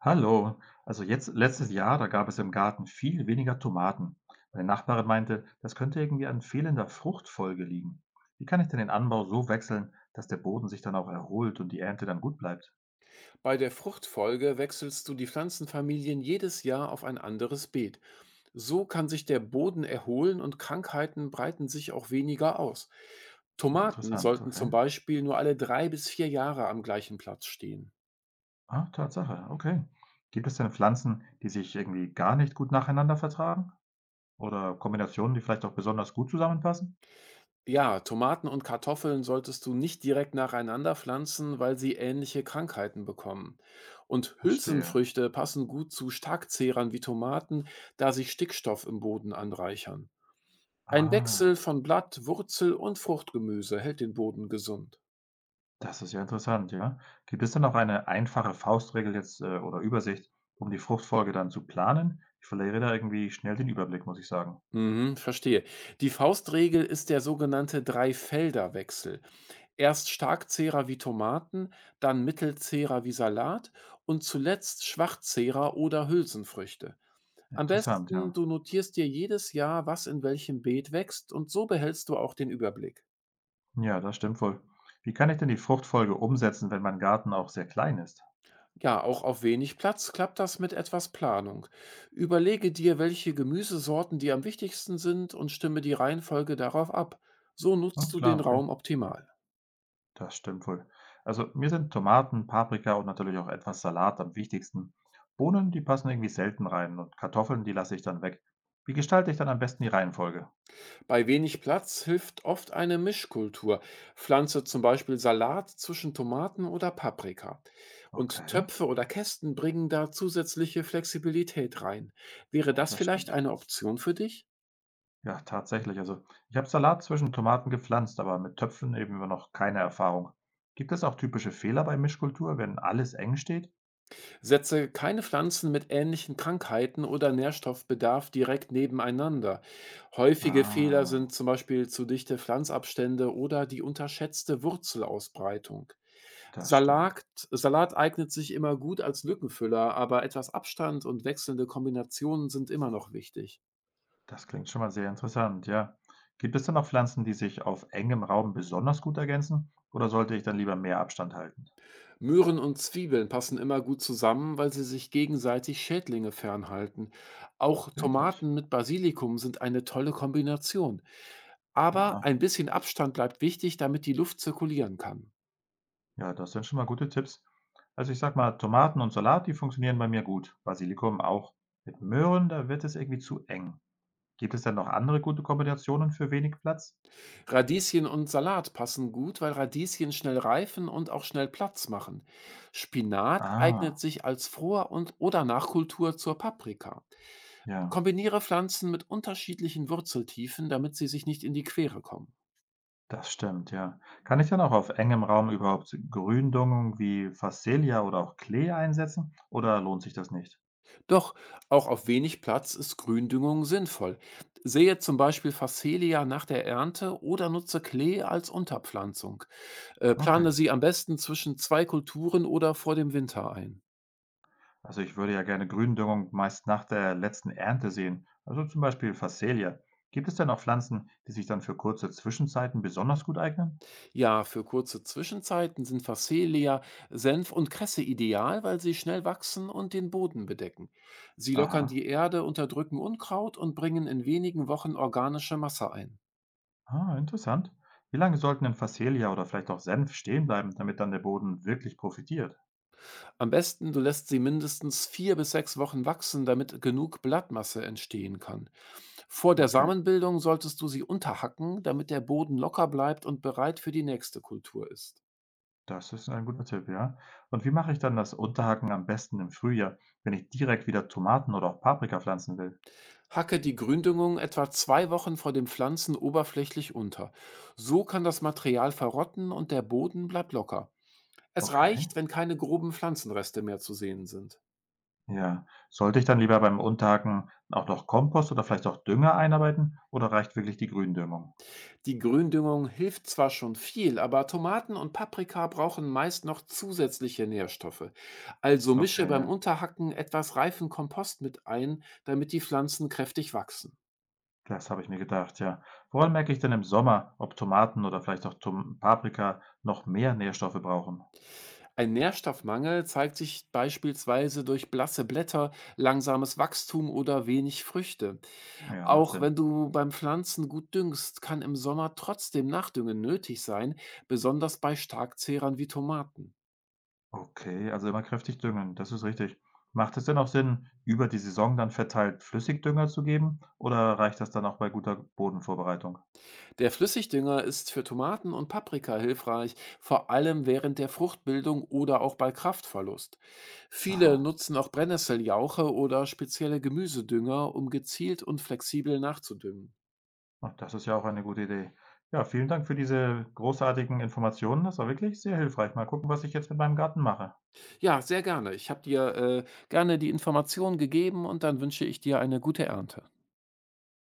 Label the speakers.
Speaker 1: Hallo, also jetzt letztes Jahr, da gab es im Garten viel weniger Tomaten. Meine Nachbarin meinte, das könnte irgendwie an fehlender Fruchtfolge liegen. Wie kann ich denn den Anbau so wechseln, dass der Boden sich dann auch erholt und die Ernte dann gut bleibt?
Speaker 2: Bei der Fruchtfolge wechselst du die Pflanzenfamilien jedes Jahr auf ein anderes Beet. So kann sich der Boden erholen und Krankheiten breiten sich auch weniger aus. Tomaten
Speaker 1: Interessant,
Speaker 2: sollten
Speaker 1: okay.
Speaker 2: zum Beispiel nur alle 3 bis 4 Jahre am gleichen Platz stehen.
Speaker 1: Ah, Tatsache, okay. Gibt es denn Pflanzen, die sich irgendwie gar nicht gut nacheinander vertragen? Oder Kombinationen, die vielleicht auch besonders gut zusammenpassen?
Speaker 2: Ja, Tomaten und Kartoffeln solltest du nicht direkt nacheinander pflanzen, weil sie ähnliche Krankheiten bekommen. Und
Speaker 1: Verstehe.
Speaker 2: Hülsenfrüchte passen gut zu Starkzehrern wie Tomaten, da sich Stickstoff im Boden anreichern. Ein Wechsel
Speaker 1: Ah.
Speaker 2: von Blatt, Wurzel und Fruchtgemüse hält den Boden gesund.
Speaker 1: Das ist ja interessant, ja. Gibt es denn auch eine einfache Faustregel jetzt, oder Übersicht, um die Fruchtfolge dann zu planen? Ich verliere da irgendwie schnell den Überblick, muss ich sagen.
Speaker 2: Mhm, verstehe. Die Faustregel ist der sogenannte Dreifelderwechsel. Erst Starkzehrer wie Tomaten, dann Mittelzehrer wie Salat und zuletzt Schwachzehrer oder Hülsenfrüchte. Am
Speaker 1: Interessant, ja.
Speaker 2: besten, du notierst dir jedes Jahr, was in welchem Beet wächst, und so behältst du auch den Überblick.
Speaker 1: Ja, das stimmt wohl. Wie kann ich denn die Fruchtfolge umsetzen, wenn mein Garten auch sehr klein ist?
Speaker 2: Ja, auch auf wenig Platz klappt das mit etwas Planung. Überlege dir, welche Gemüsesorten dir am wichtigsten sind, und stimme die Reihenfolge darauf ab. So nutzt
Speaker 1: Hm,
Speaker 2: du den
Speaker 1: klar, okay.
Speaker 2: Raum optimal.
Speaker 1: Das stimmt wohl. Also mir sind Tomaten, Paprika und natürlich auch etwas Salat am wichtigsten. Bohnen, die passen irgendwie selten rein und Kartoffeln, die lasse ich dann weg. Wie gestalte ich dann am besten die Reihenfolge?
Speaker 2: Bei wenig Platz hilft oft eine Mischkultur. Pflanze zum Beispiel Salat zwischen Tomaten oder Paprika. Und
Speaker 1: Okay,
Speaker 2: Töpfe oder Kästen bringen da zusätzliche Flexibilität rein. Wäre
Speaker 1: ja,
Speaker 2: das
Speaker 1: das
Speaker 2: vielleicht
Speaker 1: stimmt.
Speaker 2: eine Option für dich?
Speaker 1: Ja, tatsächlich. Also, ich habe Salat zwischen Tomaten gepflanzt, aber mit Töpfen eben immer noch keine Erfahrung. Gibt es auch typische Fehler bei Mischkultur, wenn alles eng steht?
Speaker 2: Setze keine Pflanzen mit ähnlichen Krankheiten oder Nährstoffbedarf direkt nebeneinander. Häufige Fehler
Speaker 1: Ah,
Speaker 2: sind zum Beispiel zu dichte Pflanzabstände oder die unterschätzte Wurzelausbreitung.
Speaker 1: das stimmt.
Speaker 2: Salat, Salat eignet sich immer gut als Lückenfüller, aber etwas Abstand und wechselnde Kombinationen sind immer noch wichtig.
Speaker 1: Das klingt schon mal sehr interessant, ja. Gibt es denn auch Pflanzen, die sich auf engem Raum besonders gut ergänzen? Oder sollte ich dann lieber mehr Abstand halten?
Speaker 2: Möhren und Zwiebeln passen immer gut zusammen, weil sie sich gegenseitig Schädlinge fernhalten. Auch
Speaker 1: Wirklich?
Speaker 2: Tomaten mit Basilikum sind eine tolle Kombination. Aber
Speaker 1: Aha,
Speaker 2: ein bisschen Abstand bleibt wichtig, damit die Luft zirkulieren kann.
Speaker 1: ja, das sind schon mal gute Tipps. Also ich sag mal, Tomaten und Salat, die funktionieren bei mir gut. Basilikum auch. Mit Möhren, da wird es irgendwie zu eng. Gibt es denn noch andere gute Kombinationen für wenig Platz?
Speaker 2: Radieschen und Salat passen gut, weil Radieschen schnell reifen und auch schnell Platz machen. Spinat eignet
Speaker 1: Ah,
Speaker 2: sich als Vor- und oder Nachkultur zur Paprika.
Speaker 1: ja,
Speaker 2: Kombiniere Pflanzen mit unterschiedlichen Wurzeltiefen, damit sie sich nicht in die Quere kommen.
Speaker 1: das stimmt, ja. Kann ich dann auch auf engem Raum überhaupt Gründüngung wie Phacelia oder auch Klee einsetzen oder lohnt sich das nicht?
Speaker 2: Doch auch auf wenig Platz ist Gründüngung sinnvoll. Sehe zum Beispiel Phacelia nach der Ernte oder nutze Klee als Unterpflanzung. Äh,
Speaker 1: Okay.
Speaker 2: plane sie am besten zwischen 2 Kulturen oder vor dem Winter ein.
Speaker 1: Also ich würde ja gerne Gründüngung meist nach der letzten Ernte sehen, also zum Beispiel Phacelia. Gibt es denn auch Pflanzen, die sich dann für kurze Zwischenzeiten besonders gut eignen?
Speaker 2: Ja, für kurze Zwischenzeiten sind Phacelia, Senf und Kresse ideal, weil sie schnell wachsen und den Boden bedecken. Sie lockern
Speaker 1: Aha,
Speaker 2: die Erde, unterdrücken Unkraut und bringen in wenigen Wochen organische Masse ein.
Speaker 1: ah, interessant. Wie lange sollten denn Phacelia oder vielleicht auch Senf stehen bleiben, damit dann der Boden wirklich profitiert?
Speaker 2: Am besten, du lässt sie mindestens 4 bis 6 Wochen wachsen, damit genug Blattmasse entstehen kann. Vor der
Speaker 1: Okay.
Speaker 2: Samenbildung solltest du sie unterhacken, damit der Boden locker bleibt und bereit für die nächste Kultur ist.
Speaker 1: Das ist ein guter Tipp, ja. Und wie mache ich dann das Unterhacken am besten im Frühjahr, wenn ich direkt wieder Tomaten oder auch Paprika pflanzen will?
Speaker 2: Hacke die Gründüngung etwa 2 Wochen vor dem Pflanzen oberflächlich unter. So kann das Material verrotten und der Boden bleibt locker. Es
Speaker 1: Okay.
Speaker 2: reicht, wenn keine groben Pflanzenreste mehr zu sehen sind.
Speaker 1: Ja. Sollte ich dann lieber beim Unterhacken auch noch Kompost oder vielleicht auch Dünger einarbeiten oder reicht wirklich die Gründüngung?
Speaker 2: Die Gründüngung hilft zwar schon viel, aber Tomaten und Paprika brauchen meist noch zusätzliche Nährstoffe. Also mische
Speaker 1: Okay,
Speaker 2: beim
Speaker 1: ja.
Speaker 2: Unterhacken etwas reifen Kompost mit ein, damit die Pflanzen kräftig wachsen.
Speaker 1: Das habe ich mir gedacht, ja. Woran merke ich denn im Sommer, ob Tomaten oder vielleicht auch Tom Paprika noch mehr Nährstoffe brauchen?
Speaker 2: Ein Nährstoffmangel zeigt sich beispielsweise durch blasse Blätter, langsames Wachstum oder wenig Früchte.
Speaker 1: Ja, macht
Speaker 2: Auch
Speaker 1: Sinn.
Speaker 2: wenn du beim Pflanzen gut düngst, kann im Sommer trotzdem Nachdüngen nötig sein, besonders bei Starkzehrern wie Tomaten.
Speaker 1: Okay, also immer kräftig düngen, das ist richtig. Macht es denn auch Sinn, über die Saison dann verteilt Flüssigdünger zu geben oder reicht das dann auch bei guter Bodenvorbereitung?
Speaker 2: Der Flüssigdünger ist für Tomaten und Paprika hilfreich, vor allem während der Fruchtbildung oder auch bei Kraftverlust. Viele
Speaker 1: Aha,
Speaker 2: nutzen auch Brennnesseljauche oder spezielle Gemüsedünger, um gezielt und flexibel nachzudüngen.
Speaker 1: ach, das ist ja auch eine gute Idee. Ja, vielen Dank für diese großartigen Informationen. Das war wirklich sehr hilfreich. Mal gucken, was ich jetzt mit meinem Garten mache.
Speaker 2: Ja, sehr gerne. Ich habe dir gerne die Informationen gegeben, und dann wünsche ich dir eine gute Ernte.